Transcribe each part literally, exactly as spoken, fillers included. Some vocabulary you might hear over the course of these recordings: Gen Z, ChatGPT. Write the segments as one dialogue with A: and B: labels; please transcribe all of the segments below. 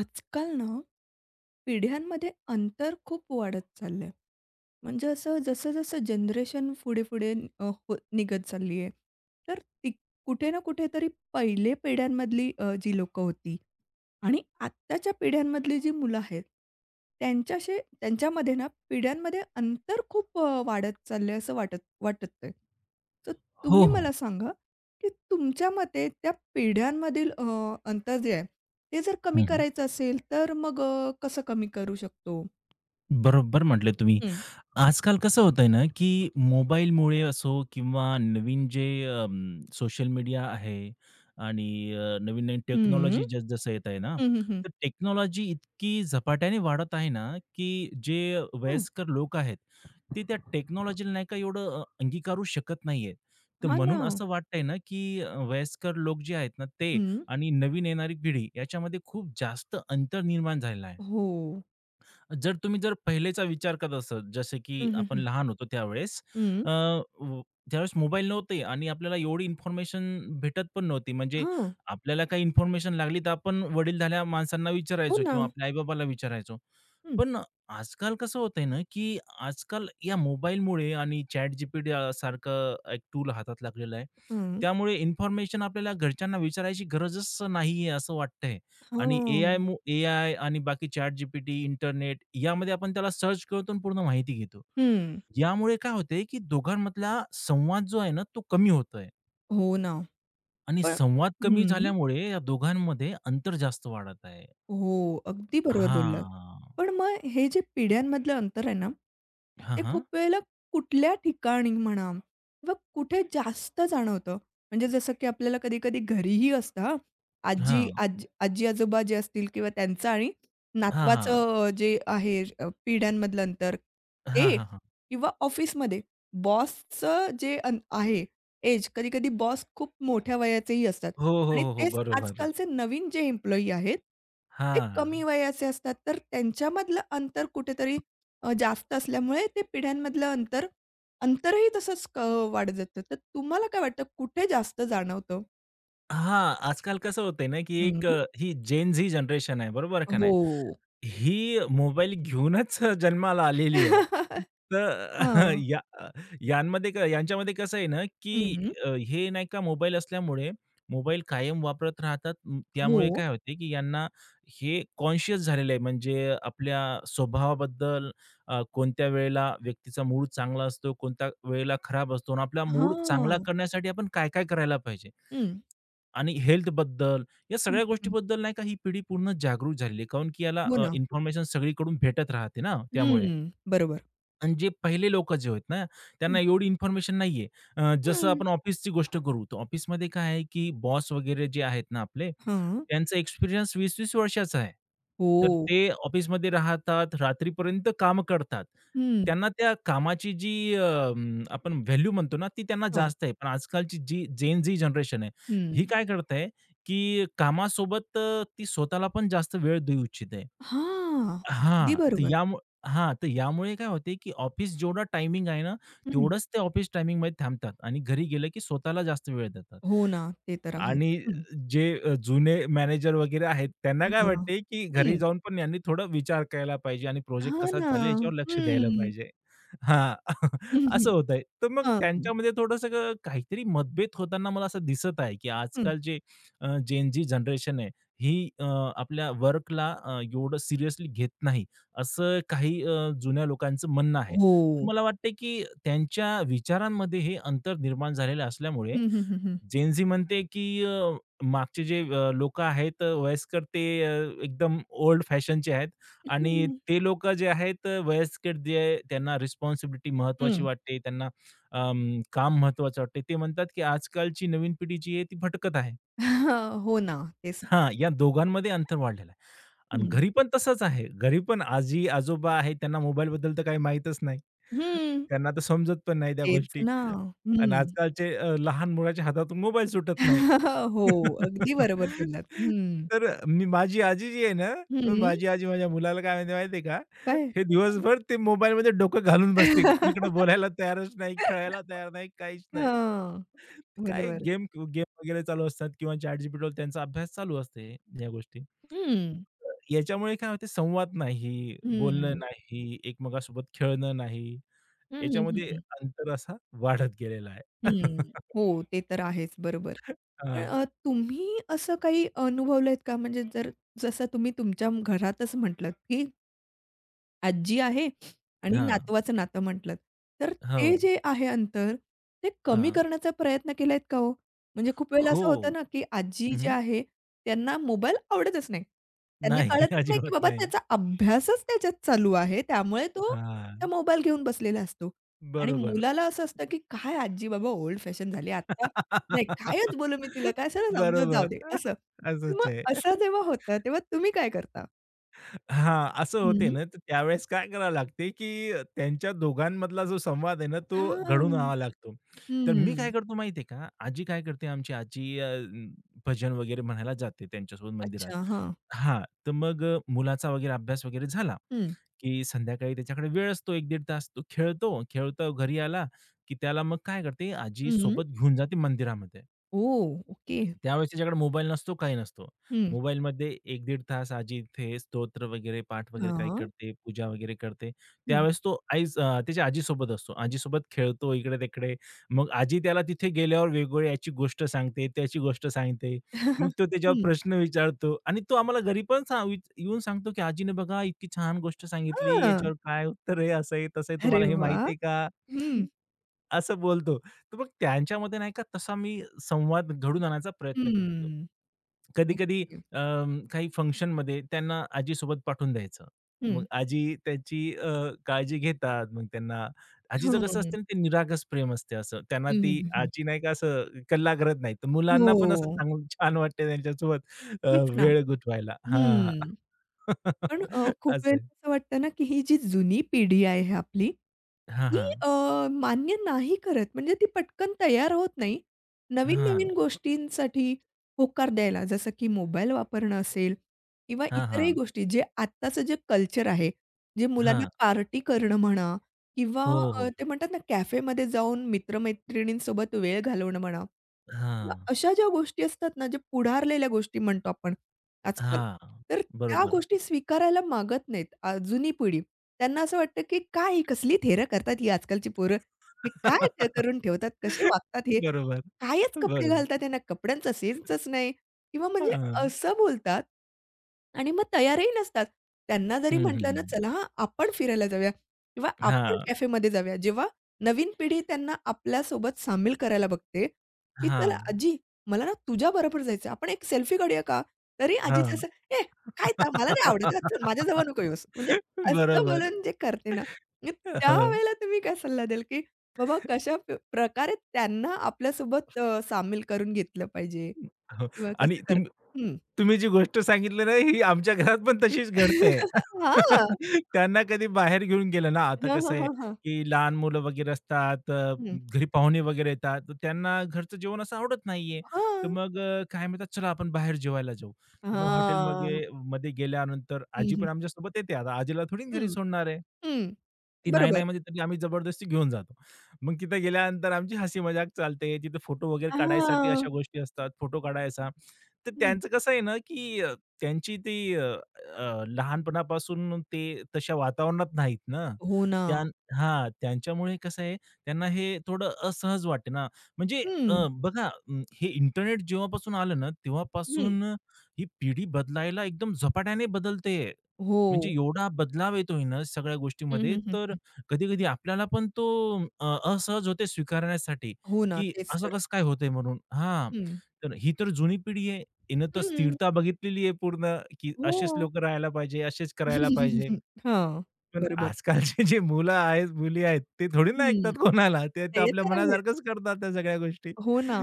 A: आजकाल ना, पिढ्यांमध्ये अंतर खूप वाढत चाललंय. म्हणजे असं जसं-जसं जनरेशन पुढे-पुढे अ, हो निघत चालली आहे, तर ती कुठे ना कुठेतरी पहिले पिढ्यांमधली अ, जी लोकं होती आणि आत्ताच्या पिढ्यांमधली जी मुलं आहेत, त्यांच्याशी त्यांच्यामध्ये ना पिढ्यांमध्ये अंतर खूप अ, वाढत चाललंय असं वाटत वाटत आहे. तर
B: हो,
A: तुम्ही
B: हो.
A: मला सांगा, की तुमच्या मते त्या पिढ्यांमधील अ, अंतर जे आहे, ते जर
B: हं,
A: कमी
B: हं.
A: करायचं असेल तर मग अ, कसं कमी करू शकतो?
B: बरोबर म्हटले तुम्ही.
A: हं.
B: आजकाल कसं होतंय ना, की मोबाईलमुळे असो किंवा नवीन जे सोशल मीडिया आहे आणि अ, नवीन-नवीन
A: हं.
B: टेक्नॉलॉजी जसं-जसं येत आहे ना,
A: हं, हं, हं.
B: तर टेक्नॉलॉजी इतकी झपाट्याने वाढत आहे ना, की जे
A: हं.
B: वयस्कर लोक आहेत, ते त्या टेक्नॉलॉजीला नाही का एवढं अ, अंगीकारू शकत नाहीये. तर
A: हां ना.
B: म्हणून असं वाटतंय ना, की अ, वयस्कर लोक जे आहेत ना, ते
A: हं.
B: आणि नवीन येणारी पिढी याच्यामध्ये खूप जास्त अंतर निर्माण झालेलं आहे.
A: हो.
B: जर तुम्ही जर पहिलेचा विचार करत असाल, जसे की
A: हं, हं,
B: आपण
A: हं.
B: लहान होतो त्यावेळेस
A: हं.
B: अ, व त्यावेळेस मोबाईल नव्हते आणि आपल्याला एवढी इन्फॉर्मेशन भेटत पण नव्हती. म्हणजे
A: हां.
B: आपल्याला काही इन्फॉर्मेशन लागली तर आपण वडीलधाऱ्या माणसांना
A: हो
B: विचारायचो
A: ना.
B: किंवा आपल्या आई विचारायचो.
A: हं.
B: पण आजकाल कसं होतंय ना, की आजकाल या मोबाईलमुळे आणि ChatGPT अ, सारखं एक टूल हातात लागलेलं आहे.
A: हं.
B: त्यामुळे इन्फॉर्मेशन आपल्याला घरच्यांना विचारायची गरजच नाही असं वाटतंय आणि एआय
A: हां.
B: मु एआय आणि बाकी ChatGPT, इंटरनेट यामध्ये आपण त्याला सर्च करतो आणि पूर्ण माहिती घेतो.
A: हं.
B: यामुळे काय होतंय, की दोघांमधला संवाद जो आहे ना, तो कमी होतोय
A: हो ना.
B: आणि संवाद कमी
A: हं.
B: झाल्यामुळे या दोघांमध्ये अंतर जास्त वाढत आहे.
A: हो, अगदी बरोबर बोललात.
B: हां.
A: पण मग हे जे पिढ्यांमधलं अंतर आहे ना,
B: हां,
A: ते
B: हां.
A: खूप वेळेला कुठल्या ठिकाणी म्हणा किंवा कुठे जास्त जाणवतं? म्हणजे जसं की आपल्याला कधी-कधी घरीही असतं हां. आजी
B: हां.
A: आज आजी-आजोबा जे असतील किंवा त्यांचं आणि
B: हां, हां.
A: नातवाचं अ, जे आहे अ, पिढ्यांमधलं अंतर
B: हां,
A: ते
B: हां, हां.
A: किंवा ऑफिसमध्ये बॉसचं जे अन आहे एज, कधी-कधी बॉस खूप मोठ्या वयाचेही असतात.
B: हो, हो,
A: आणि
B: हो, हो.
A: तेच
B: बरोबर.
A: आजकालचे नवीन जे एम्प्लॉयी आहेत, ते कमी
B: हां.
A: वयाचे असतात. तर त्यांच्यामधलं अंतर कुठेतरी अ, जास्त असल्यामुळे ते पिढ्यांमधलं अंतर अंतरही तसंच क वाढत जातं. तर तुम्हाला काय वाटतं कुठे जास्त जाणवतं?
B: हां, आजकाल कसं होतंय ना, की
A: हं.
B: एक अ, ही जेन झी जनरेशन आहे, बरोबर का नाही?
A: हो.
B: ही मोबाईल घेऊनच जन्माला आलेली आहे. तर
A: हां.
B: या यांमध्ये क- यांच्यामध्ये कसं आहे ना,
A: हं,
B: की
A: हं.
B: अ, हे नाही का मोबाईल असल्यामुळे मोबाईल कायम वापरत राहतात. म, त्यामुळे
A: हो.
B: काय होते, की यांना हे कॉन्शियस झालेलं आहे. म्हणजे आपल्या स्वभावाबद्दल अ, कोणत्या वेळेला व्यक्तीचा मूड चांगला असतो, कोणत्या वेळेला खराब असतो आणि आपला मूड चांगला
A: हां.
B: करण्यासाठी आपण काय-काय करायला पाहिजे.
A: हं.
B: आणि हेल्थ बद्दल या
A: हं,
B: सगळ्या
A: हं.
B: गोष्टीबद्दल नाही का ही पिढी पूर्ण जागरूक झालेली आहे. काऊन की याला
A: हो
B: अ,
A: ना.
B: इन्फॉर्मेशन सगळीकडून भेटत राहते ना त्यामुळे.
A: हं. बरोबर.
B: आणि जे पहिले लोकं जे आहेत ना,
A: हं.
B: त्यांना एवढी इन्फॉर्मेशन नाहीये. अ, जसं
A: हं.
B: आपण ऑफिसची गोष्ट करू, तर ऑफिसमध्ये काय आहे की बॉस वगैरे जे आहेत ना आपले, त्यांचा एक्सपिरियन्स वीस वीस वर्षाचा आहे. तर
A: हो.
B: ते ऑफिसमध्ये राहतात, रात्रीपर्यंत कामं करतात.
A: हं.
B: त्यांना त्या कामाची जी अं, आपण व्हॅल्यू म्हणतो ना, ती त्यांना
A: हां.
B: जास्त आहे. पण आजकालची जी जेन झी जनरेशन आहे, ही
A: हं.
B: काय करत आहे, की कामासोबत अ, ती स्वतःला पण जास्त वेळ देऊ इच्छिते.
A: हां. अगदी
B: हां, तर
A: बरोबर.
B: यामु हां, तर यामुळे काय होते, की ऑफिस जेवढा टायमिंग आहे ना, तेवढंच ते ऑफिस टायमिंगमध्ये थांबतात आणि घरी गेलं की स्वतःला जास्त वेळ देतात.
A: हो ना, ते तर आहेच.
B: आणि
A: हं.
B: जे अ, जुने मॅनेजर वगैरे आहेत, त्यांना काय
A: हां.
B: वाटते, की घरी
A: हं.
B: जाऊन पण यांनी थोडा विचार करायला पाहिजे आणि प्रोजेक्ट
A: हां
B: कसा
A: ना.
B: झाला याच्यावर लक्ष द्यायला
A: हं.
B: पाहिजे. हां,
A: हं, हं.
B: असं होतंय. तर मग
A: हां.
B: त्यांच्यामध्ये थोडंसं काहीतरी मतभेद होताना मला असं दिसत आहे, की
A: हं.
B: आजकालचे अ, जेन झी जनरेशन आहे, ही अ, आपल्या वर्कला एवढं सिरियसली घेत नाही, असं काही अ, जुन्या लोकांचं म्हणणं आहे.
A: हो.
B: तर मला वाटतं, की त्यांच्या विचारांमध्ये हे अंतर निर्माण झालेलं असल्यामुळे
A: हं, हं, हं, हं.
B: जेन-झी म्हणते, की अ, मागचे जे अ, लोकं आहेत अ, वयस्कर ते अ, एकदम ओल्ड फॅशनचे आहेत आणि
A: हं.
B: ते लोकं जे आहेत अ, वयस्कर जे त्यांना रिस्पॉन्सिबिलिटी महत्त्वाची
A: हं.
B: वाटते, त्यांना अं, काम महत्त्वाचं वाटते. ते म्हणतात, की आजकालची नवीन पिढी जी आहे ती भटकत आहे.
A: हो ना, तेच तर.
B: हां, या दोघांमध्ये अंतर वाढलेलं आहे. आणि
A: हं.
B: घरी पण तसंच आहे. घरी पण आजी-आजोबा आहेत त्यांना मोबाईलबद्दल तर काही माहीतच नाही.
A: हं.
B: त्यांना तर समजत पण नाही त्या
A: तेच
B: गोष्टी.
A: ना.
B: आणि
A: हं.
B: आजकालचे अ, लहान मुलाच्या हातातून मोबाईल सुटत नाही.
A: हो, अगदी बरोबर बोललात. हं.
B: तर मी माझी आजी जी आहे ना,
A: हं.
B: माझी आजी माझ्या मुलाला काय म्हणते माहिती का?
A: काय?
B: हे
A: हं.
B: दिवसभर ते मोबाईलमध्ये डोकं घालून बसते. इकडं बोलायला तयारच नाही, खेळायला तयार नाही, काहीच नाही.
A: हां.
B: काय
A: बरोबर.
B: गेम गेम वगैरे चालू असतात किंवा ChatGPTवर त्यांचा अभ्यास चालू असते या गोष्टी.
A: हं.
B: याच्यामुळे काय होते संवाद नाही, बोलणं
A: हं.
B: नाही, एकमेकांसोबत खेळणं नाही.
A: हं, हं, हं,
B: याच्यामध्ये
A: हं.
B: अंतर असा वाढत गेलेला आहे.
A: हं. हो, ते तर आहेच, बरोबर. पण
B: हां,
A: अ, तुम्ही असं काही अनुभवलंत का? म्हणजे जर जसं तुम्ही तुमच्या घरातच म्हटलात, की आजी आहे आणि
B: हां.
A: नातवाचं नातं म्हटलं. तर
B: हो.
A: ते जे आहे अंतर, ते कमी
B: हां.
A: करण्याचा प्रयत्न केलायत का हो? म्हणजे खूप वेळेला
B: हो.
A: असं होतं ना, की आजी
B: हं,
A: जे
B: हं.
A: आहे त्यांना मोबाईल आवडतच नाही. त्यांना
B: नाही,
A: कळतच नाही, की
B: अजिबात
A: बाबा
B: नाही.
A: त्याचा अभ्यासच त्याच्यात चालू आहे. त्यामुळे तो त्या
B: हां,
A: मोबाईल घेऊन बसलेला असतो. आणि
B: बरोबर.
A: मुलाला असं असतं, की काय आजी बाबा ओल्ड फॅशन झाली आता. नाही कायच बोलू मी तिला, काय सगळं समजून जाऊ
B: बरोबर.
A: दे असं. तर मग
B: असंच आहे.
A: असं जेव्हा होतं, तेव्हा तुम्ही काय करता?
B: हां, असं होते
A: हं.
B: ना, तर त्यावेळेस काय करावं लागते, की अ, त्यांच्या दोघांमधला जो संवाद आहे ना, तो घडून
A: हां.
B: आणावा लागतो. तर मी काय
A: हम्म.
B: करतो माहिती आहे का, आजी काय करते, आमची आजी अ, भजन वगैरे म्हणायला जाते त्यांच्यासोबत मंदिरात.
A: अच्छा, हां.
B: हां, तर मग अ, मुलाचा वगैरे अभ्यास वगैरे झाला,
A: हं.
B: की संध्याकाळी त्याच्याकडे वेळ असतो एक ते दीड तास. तो खेळतो, खेळतो घरी आला, की त्याला मग काय करते, आजी
A: हं.
B: सोबत घेऊन जाते मंदिरामध्ये.
A: Oh, okay.
B: त्यावेळेस त्याच्याकडे मोबाईल नसतो, काही नसतो.
A: हं.
B: मोबाईलमध्ये एक ते दीड तास आजी इथे स्तोत्र वगैरे, पाठ वगैरे काही
A: हां.
B: करते, पूजा वगैरे करते.
A: हं.
B: त्यावेळेस तो आईच अ, त्याच्या आजीसोबत असतो. आजीसोबत खेळतो इकडे-तिकडे. मग आजी त्याला तिथे गेल्यावर वेगवेगळी याची गोष्ट सांगते, त्याची गोष्ट सांगते. मग तो
A: हं.
B: त्याच्यावर
A: हां.
B: प्रश्न विचारतो आणि तो आम्हाला घरी पण सा विच- येऊन सांगतो, की "आजीने बघा इतकी छान गोष्ट सांगितली, याच्यावर काय उत्तर आहे, असं आहे, तसं आहे.
A: अरे
B: तुम्हाला हे माहीत
A: वाह!
B: आहे का?"
A: हं.
B: असं बोलतो. तर मग त्यांच्यामध्ये नाही का तसा मी संवाद घडून आणायचा प्रयत्न करतो.
A: हम्म.
B: कधी-कधी
A: ओके.
B: अ, काही फंक्शनमध्ये त्यांना आजीसोबत पाठवून द्यायचं. मग
A: हं.
B: आजी त्याची अ, काळजी घेतात. मग त्यांना आजीचं
A: हं.
B: कसं
A: हं.
B: असतं ना, ते निरागस प्रेम असते असं. त्यांना
A: हं, हं,
B: ती
A: हं,
B: आजी नाही का असं कल्ला करत नाही. तर मुलांना पण असं
A: हो.
B: चांगलं छान वाटते त्यांच्यासोबत अ,
A: तेच ना.
B: वेळ गुंतवायला. हां.
A: हं. पण अ, खूप
B: असं
A: वेळेला
B: आहे.
A: असं वाटतं ना, की ही जी जुनी पिढी आहे आपली
B: हां,
A: ती
B: हां.
A: अ, मान्य नाही करत. म्हणजे ती पटकन तयार होत नाही.
B: हां.
A: नवीन-नवीन गोष्टींसाठी होकार द्यायला, जसं की मोबाईल वापरणं असेल किंवा
B: हां,
A: इतरही
B: हां.
A: गोष्टी, जे आत्ताचं जे कल्चर आहे, जे मुलांना
B: हां.
A: पार्टी करणं म्हणा किंवा
B: हो,
A: अ,
B: हो.
A: ते म्हणतात ना कॅफेमध्ये जाऊन मित्र-मैत्रिणींसोबत वेळ घालवणं म्हणा. किंवा
B: हां.
A: अशा ज्या गोष्टी असतात ना, ज्या पुढारलेल्या गोष्टी म्हणतो आपण आजकाल,
B: हां,
A: तर त्या
B: बरोबर.
A: गोष्टी स्वीकारायला मागत नाहीत अ, जुनी पिढी. त्यांना असं वाटतं, की काय ही कसली थेरं करतात ही आजकालची पोरं. हे काय ते करून ठेवतात, कसे वागतात हे.
B: बरोबर,
A: कायच कपडे
B: बरोबर.
A: घालतात यांना कपड्यांचा सेन्सच नाही किंवा म्हणजे
B: हां.
A: असं बोलतात आणि मग तयारही नसतात. त्यांना
B: हं,
A: जरी
B: हं,
A: म्हटलं ना,
B: हं.
A: "चला हां, आपण फिरायला जाऊया किंवा आपण
B: हां,
A: कॅफेमध्ये जाऊया." जेव्हा नवीन पिढी त्यांना आपल्यासोबत सामील करायला बघते की "चला
B: हां,
A: आजी, मला ना तुझ्याबरोबर जायचंय. आपण एक सेल्फी काढूया का?" तरी आजीचं
B: हां.
A: असं, "ए, काय ता मला नाही आवडत हां, चल माझ्याजवळ नको येऊस." म्हणजे असं
B: बरोबर.
A: बोलून जे करते ना, म्हणजे
B: हो.
A: त्यावेळेला तुम्ही काय सल्ला द्याल, की बाबा कशा प प्रकारे त्यांना आपल्यासोबत अ, सामील करून घेतलं पाहिजे
B: हो.
A: किंवा
B: आणि
A: कसं कर
B: तुम्ही
A: हं.
B: तुम्ही जी गोष्ट सांगितली ना, ही आमच्या घरात पण तशीच घडते.
A: हां.
B: त्यांना कधी बाहेर घेऊन गेलं ना, आता
A: हां, हां,
B: कसं आहे,
A: हां, हां.
B: की लहान मुलं वगैरे असतात, अ,
A: हं.
B: घरी पाहुणे वगैरे येतात, तर त्यांना घरचं जेवण असं आवडत नाहीये. तर
A: हां.
B: मग अ, काय म्हणतात, "चला आपण बाहेर जेवायला जाऊ." तर मग हॉटेलमध्ये
A: हां.
B: मध्ये मध्ये गेल्यानंतर
A: हं,
B: आजी
A: हं.
B: पण आमच्यासोबत येते. आता आजीला थोडी घरी
A: हं,
B: सोडणार आहे.
A: हं.
B: ती नाही,
A: बरोबर.
B: नाही म्हणते तरी आम्ही जबरदस्ती घेऊन जातो. मग तिथं गेल्यानंतर आमची हसी मजाक चालते. तिथे फोटो वगैरे काढायसाठी
A: हां.
B: अशा गोष्टी असतात, फोटो काढायचा. तर
A: हं.
B: त्यांचं कसं आहे ना, की अ, त्यांची ती अ, अ, लहानपणापासून ते तशा वातावरणात नाहीत ना.
A: हो ना.
B: त्यां हां, त्यांच्यामुळे कसं आहे, त्यांना हे थोडं असहज वाटते ना. म्हणजे
A: हं,
B: अ, बघा अं, हे इंटरनेट जेव्हापासून आलं ना,
A: हं.
B: तेव्हापासून ही पिढी बदलायला एकदम झपाट्याने बदलते.
A: हो.
B: म्हणजे एवढा बदलाव येतोय ना सगळ्या
A: हं,
B: गोष्टीमध्ये
A: हं, हं,
B: तर
A: हं.
B: कधी-कधी आपल्याला पण तो अ, असहज होते स्वीकारण्यासाठी,
A: हो ना,
B: की
A: तेच
B: असं
A: तर.
B: कसं काय होतंय म्हणून. हां,
A: हं.
B: तर ही तर जुनी पिढी आहे. हिनं तर
A: हं.
B: स्थिरता बघितलेली आहे पूर्ण, की
A: हो.
B: असेच लोकं राहायला पाहिजे, असेच करायला पाहिजे.
A: हां,
B: पण
A: बरोबर.
B: आजकालचे जे मुलं आहेत, मुली आहेत, ते थोडी ना ऐकतात
A: हं,
B: कोणाला. ते तर
A: ते
B: आपल्या
A: तर आहेच.
B: मनासारखंच करतात त्या सगळ्या गोष्टी.
A: हो ना.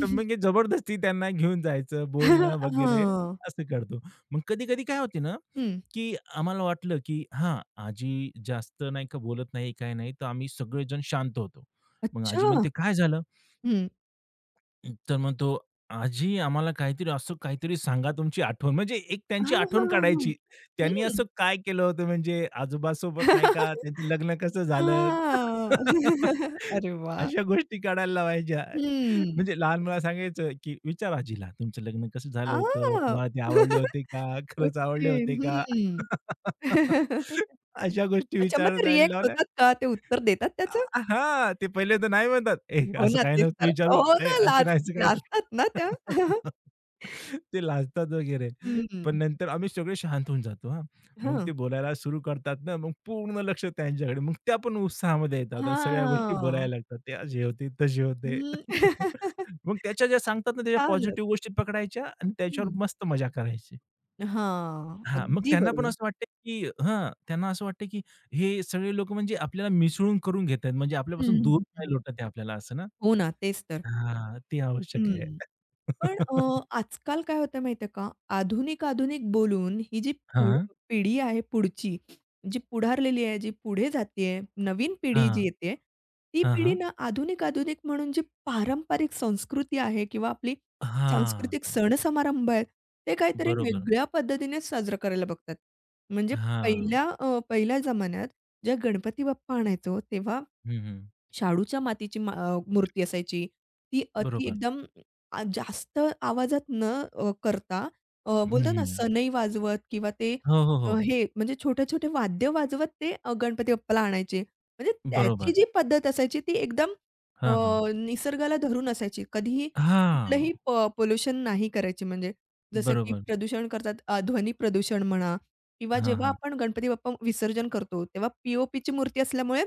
B: तर मग हे जबरदस्ती त्यांना घेऊन जायचं, बोलणं वगैरे
A: हां.
B: असं करतो. मग कधी-कधी काय होते ना
A: हं.
B: की आम्हाला वाटलं की हां, आजी जास्त नाही का बोलत नाही, काही नाही, तर आम्ही सगळेजण शांत होतो. मग
A: अच्छा!
B: आजी म्हणते, "काय झालं?"
A: हं.
B: तर मग तो, "आजी आम्हाला काहीतरी असं काहीतरी सांगा तुमची आठवण." म्हणजे एक त्यांची
A: हां, हां,
B: आठवण
A: हां, हां.
B: काढायची. त्यांनी
A: हं.
B: असं काय केलं होतं म्हणजे आजोबासोबत नाही का, त्यांचं लग्न कसं झालं?
A: हां. अरे वाह!
B: अशा गोष्टी काढायला लावायच्या.
A: हं.
B: म्हणजे लहान मुलाला सांगायचं, की "विचारा आजीला तुमचं लग्न कसं झालं होतं?
A: आ.
B: तुम्हाला ते आवडले होते का? खरंच
A: ओके.
B: आवडले होते का?"
A: हं.
B: अशा गोष्टी
A: अच्छा, मग ते
B: विचारायला
A: रिएक्ट
B: लावल्या.
A: होतात का? ते उत्तर देतात त्याचं?
B: अ, हां, ते पहिल्यांदा नाही म्हणतात. "ए,
A: हो
B: असं
A: ना,
B: काय
A: तेच
B: नव्हतं
A: तर.
B: विचारू.
A: हो
B: ए,
A: ना,
B: असं
A: लाज
B: राहायचं काय
A: लाजतात ना
B: करू?"
A: त्या.
B: ते लाजतात वगैरे. पण
A: हं,
B: नंतर आम्ही सगळे शांत होऊन जातो हां. मग
A: हं.
B: ते बोलायला सुरू करतात ना, मग पूर्ण लक्ष त्यांच्याकडे. मग त्या पण उत्साहामध्ये येतात आणि सगळ्या गोष्टी बोलायला
A: हां.
B: लागतात. ते अशी होते, तशी होते.
A: हं.
B: मग त्याच्या ज्या सांगतात ना, त्याच्या
A: छानच.
B: पॉझिटिव्ह गोष्टी पकडायच्या आणि त्याच्यावर
A: हं.
B: मस्त मजा करायची.
A: हां,
B: हां, मग
A: अगदी
B: त्यांना पण
A: बरोबर.
B: असं वाटतं, की हां, त्यांना असं वाटतं, की हे सगळे लोकं म्हणजे आपल्याला मिसळून करून घेत आहेत. म्हणजे
A: हं,
B: आपल्यापासून दूर
A: हं, हं.
B: नाही लोटत आहे आपल्याला असं ना?
A: हो ना, तेच तर.
B: हां, ते आवश्यक आहे.
A: हं. पण अ, आजकाल काय होतं माहिती आहे का? आधुनिक, आधुनिक बोलून ही जी पुढ
B: हां,
A: पिढी आहे पुढची, जी पुढारलेली आहे, जी पुढे जातीये, नवीन
B: हा-
A: पिढी जी येते, ती
B: हा-
A: पिढी
B: हां.
A: ना आधुनिक, आधुनिक म्हणून जी पारंपरिक संस्कृती आहे किंवा आपली
B: हां,
A: सांस्कृतिक सण-समारंभ आहेत, ते काहीतरी
B: बरोबर.
A: वेगळ्या पद्धतीने साजरं करायला बघतात. म्हणजे
B: हा-
A: पहिल्या अ, पहिल्या जमान्यात जेव्हा गणपती बाप्पा आणायचो, तेव्हा
B: हं, हं.
A: शाडूच्या मातीची मा अ, मूर्ती असायची. ती अति
B: बरोबर.
A: एकदम अ, जास्त आवाजात न अ, करता अ,
B: हं,
A: बोलतात ना
B: हं.
A: सनई वाजवत किंवा ते
B: हो, हो,
A: अ,
B: हो.
A: हे म्हणजे छोटे-छोटे वाद्य वाजवत ते अ, गणपती बाप्पाला आणायचे. म्हणजे त्याची
B: बरोबर.
A: जी पद्धत असायची ती एकदम अ,
B: हां, हां.
A: निसर्गाला धरून असायची. कधीही
B: हां,
A: कुठलंही पोल्युशन नाही करायची म्हणजे जसं की
B: बरोबर.
A: प्रदूषण करतात अ, ध्वनी प्रदूषण म्हणा किंवा
B: हां,
A: जेव्हा
B: हां.
A: आपण गणपती बाप्पा विसर्जन करतो, तेव्हा पी मूर्ती असल्यामुळे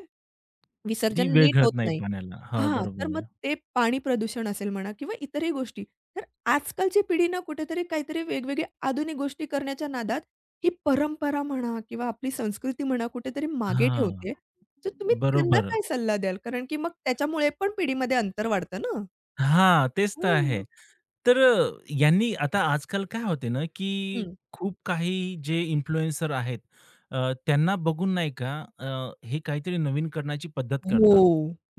A: विसर्जन
B: ती वेळ
A: नीट होत
B: घालत नाही
A: नाही.
B: पाण्याला. हो,
A: हां, तर
B: बरोबर आहे.
A: मग ते पाणी प्रदूषण असेल म्हणा किंवा इतरही गोष्टी. तर आजकालची पिढी ना कुठेतरी काहीतरी वेगवेगळ्या आधुनिक गोष्टी करण्याच्या नादात ही परंपरा म्हणा किंवा आपली संस्कृती म्हणा कुठेतरी मागे
B: हां,
A: ठेवते. तर तुम्ही त्यांना
B: बरोबर.
A: काय सल्ला द्याल? कारण की मग त्याच्यामुळे पण पिढीमध्ये अंतर वाढतं ना?
B: हां, तेच तर
A: हां.
B: आहे. तर अ, यांनी आता आजकाल काय होते ना, की
A: हं.
B: खूप काही जे इन्फ्लुएन्सर आहेत, अ, त्यांना बघून नाही का अ, हे काहीतरी नवीन करण्याची पद्धत
A: हो,
B: करतात.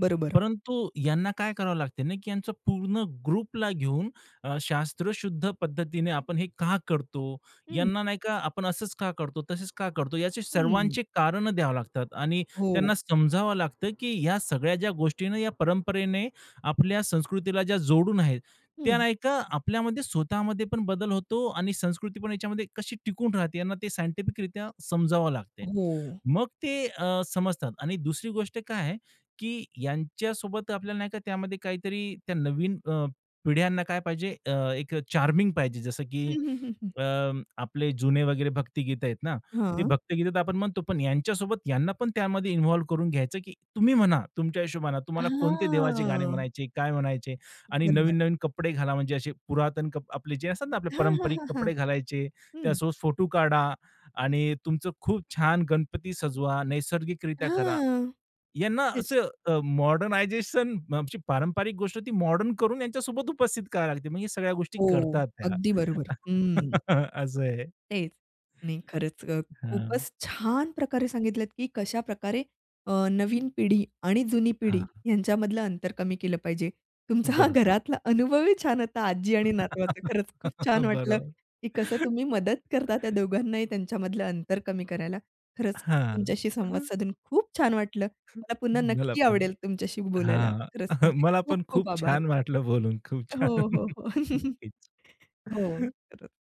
A: बरोबर.
B: परंतु यांना काय करावं लागते ना, की यांचं पूर्ण ग्रुपला घेऊन अ, शास्त्रशुद्ध पद्धतीने आपण हे का करतो?
A: हं,
B: यांना नाही का आपण असंच का करतो, तसेच का करतो? याचे
A: हं.
B: सर्वांचे कारणं द्यावं लागतात आणि
A: हो.
B: त्यांना समजावं लागतं, की या सगळ्या ज्या गोष्टीने, या परंपरेने आपल्या संस्कृतीला ज्या जोडून आहेत, त्या
A: हं.
B: नाही का आपल्यामध्ये स्वतःमध्ये पण बदल होतो आणि संस्कृती पण याच्यामध्ये कशी टिकून राहते यांना ते सायंटिफिकरित्या समजावं लागते.
A: हो.
B: मग ते अ, समजतात आणि दुसरी गोष्ट काय आहे, की यांच्यासोबत आपल्याला नाही का त्यामध्ये काहीतरी त्या नवीन अ, पिढ्यांना काय पाहिजे अ, एक चार्मिंग पाहिजे जसं की
A: हं, हं, हं, हं.
B: अ, आपले जुने वगैरे भक्तिगीत आहेत ना, ते
A: हां.
B: भक्तगीतात आपण म्हणतो, पण यांच्यासोबत यांना पण त्यामध्ये इन्व्हॉल्व करून घ्यायचं, की तुम्ही म्हणा, तुमच्या हिशोबाने तुम्हाला कोणते देवाचे गाणे
A: हां.
B: म्हणायचे, काय म्हणायचे आणि
A: बरोबर.
B: नवीन-नवीन कपडे घाला, म्हणजे असे पुरातन कप आपले जे असतात ना, आपले
A: हां, हां,
B: पारंपरिक
A: हां, हां.
B: कपडे घालायचे,
A: हं.
B: त्यासोबत फोटो काढा आणि तुमचं खूप छान गणपती सजवा, नैसर्गिकरित्या करा.
A: हां.
B: यांना
A: तेच.
B: असं अ, मॉडर्नायझेशन म्हणजे पारंपरिक गोष्ट ती मॉडर्न करून यांच्यासोबत उपस्थित करावी लागते. मग हे सगळ्या गोष्टी
A: हो,
B: करतात त्या.
A: अगदी बरोबर. हं,
B: असं आहे.
A: तेच. नाही खरंच अ,
B: हां,
A: खूपच छान प्रकारे सांगितलत, की कशाप्रकारे अ, नवीन पिढी आणि जुनी पिढी
B: हां.
A: यांच्यामधलं अंतर कमी केलं पाहिजे. तुमचा हा
B: बरोबर.
A: घरातला अनुभवही छान होता आजी आणि नातवाचा. खरंच खूप छान वाटलं,
B: बरोबर.
A: की कसं तुम्ही मदत करता त्या दोघांनाही त्यांच्यामधलं अंतर कमी करायला. खरंच
B: हां.
A: तुमच्याशी संवाद साधून खूप छान वाटलं. मला पुन्हा
B: मला
A: नक्की
B: पण
A: आवडेल तुमच्याशी बोलायला.
B: हां.
A: खरंच तुमचे
B: मला
A: खूप
B: पण
A: खूप
B: खूप
A: आभार.
B: छान वाटलं बोलून. खूप
A: हो,
B: छान.
A: हो, हो.
B: नक्कीच.
A: हो, खरंच.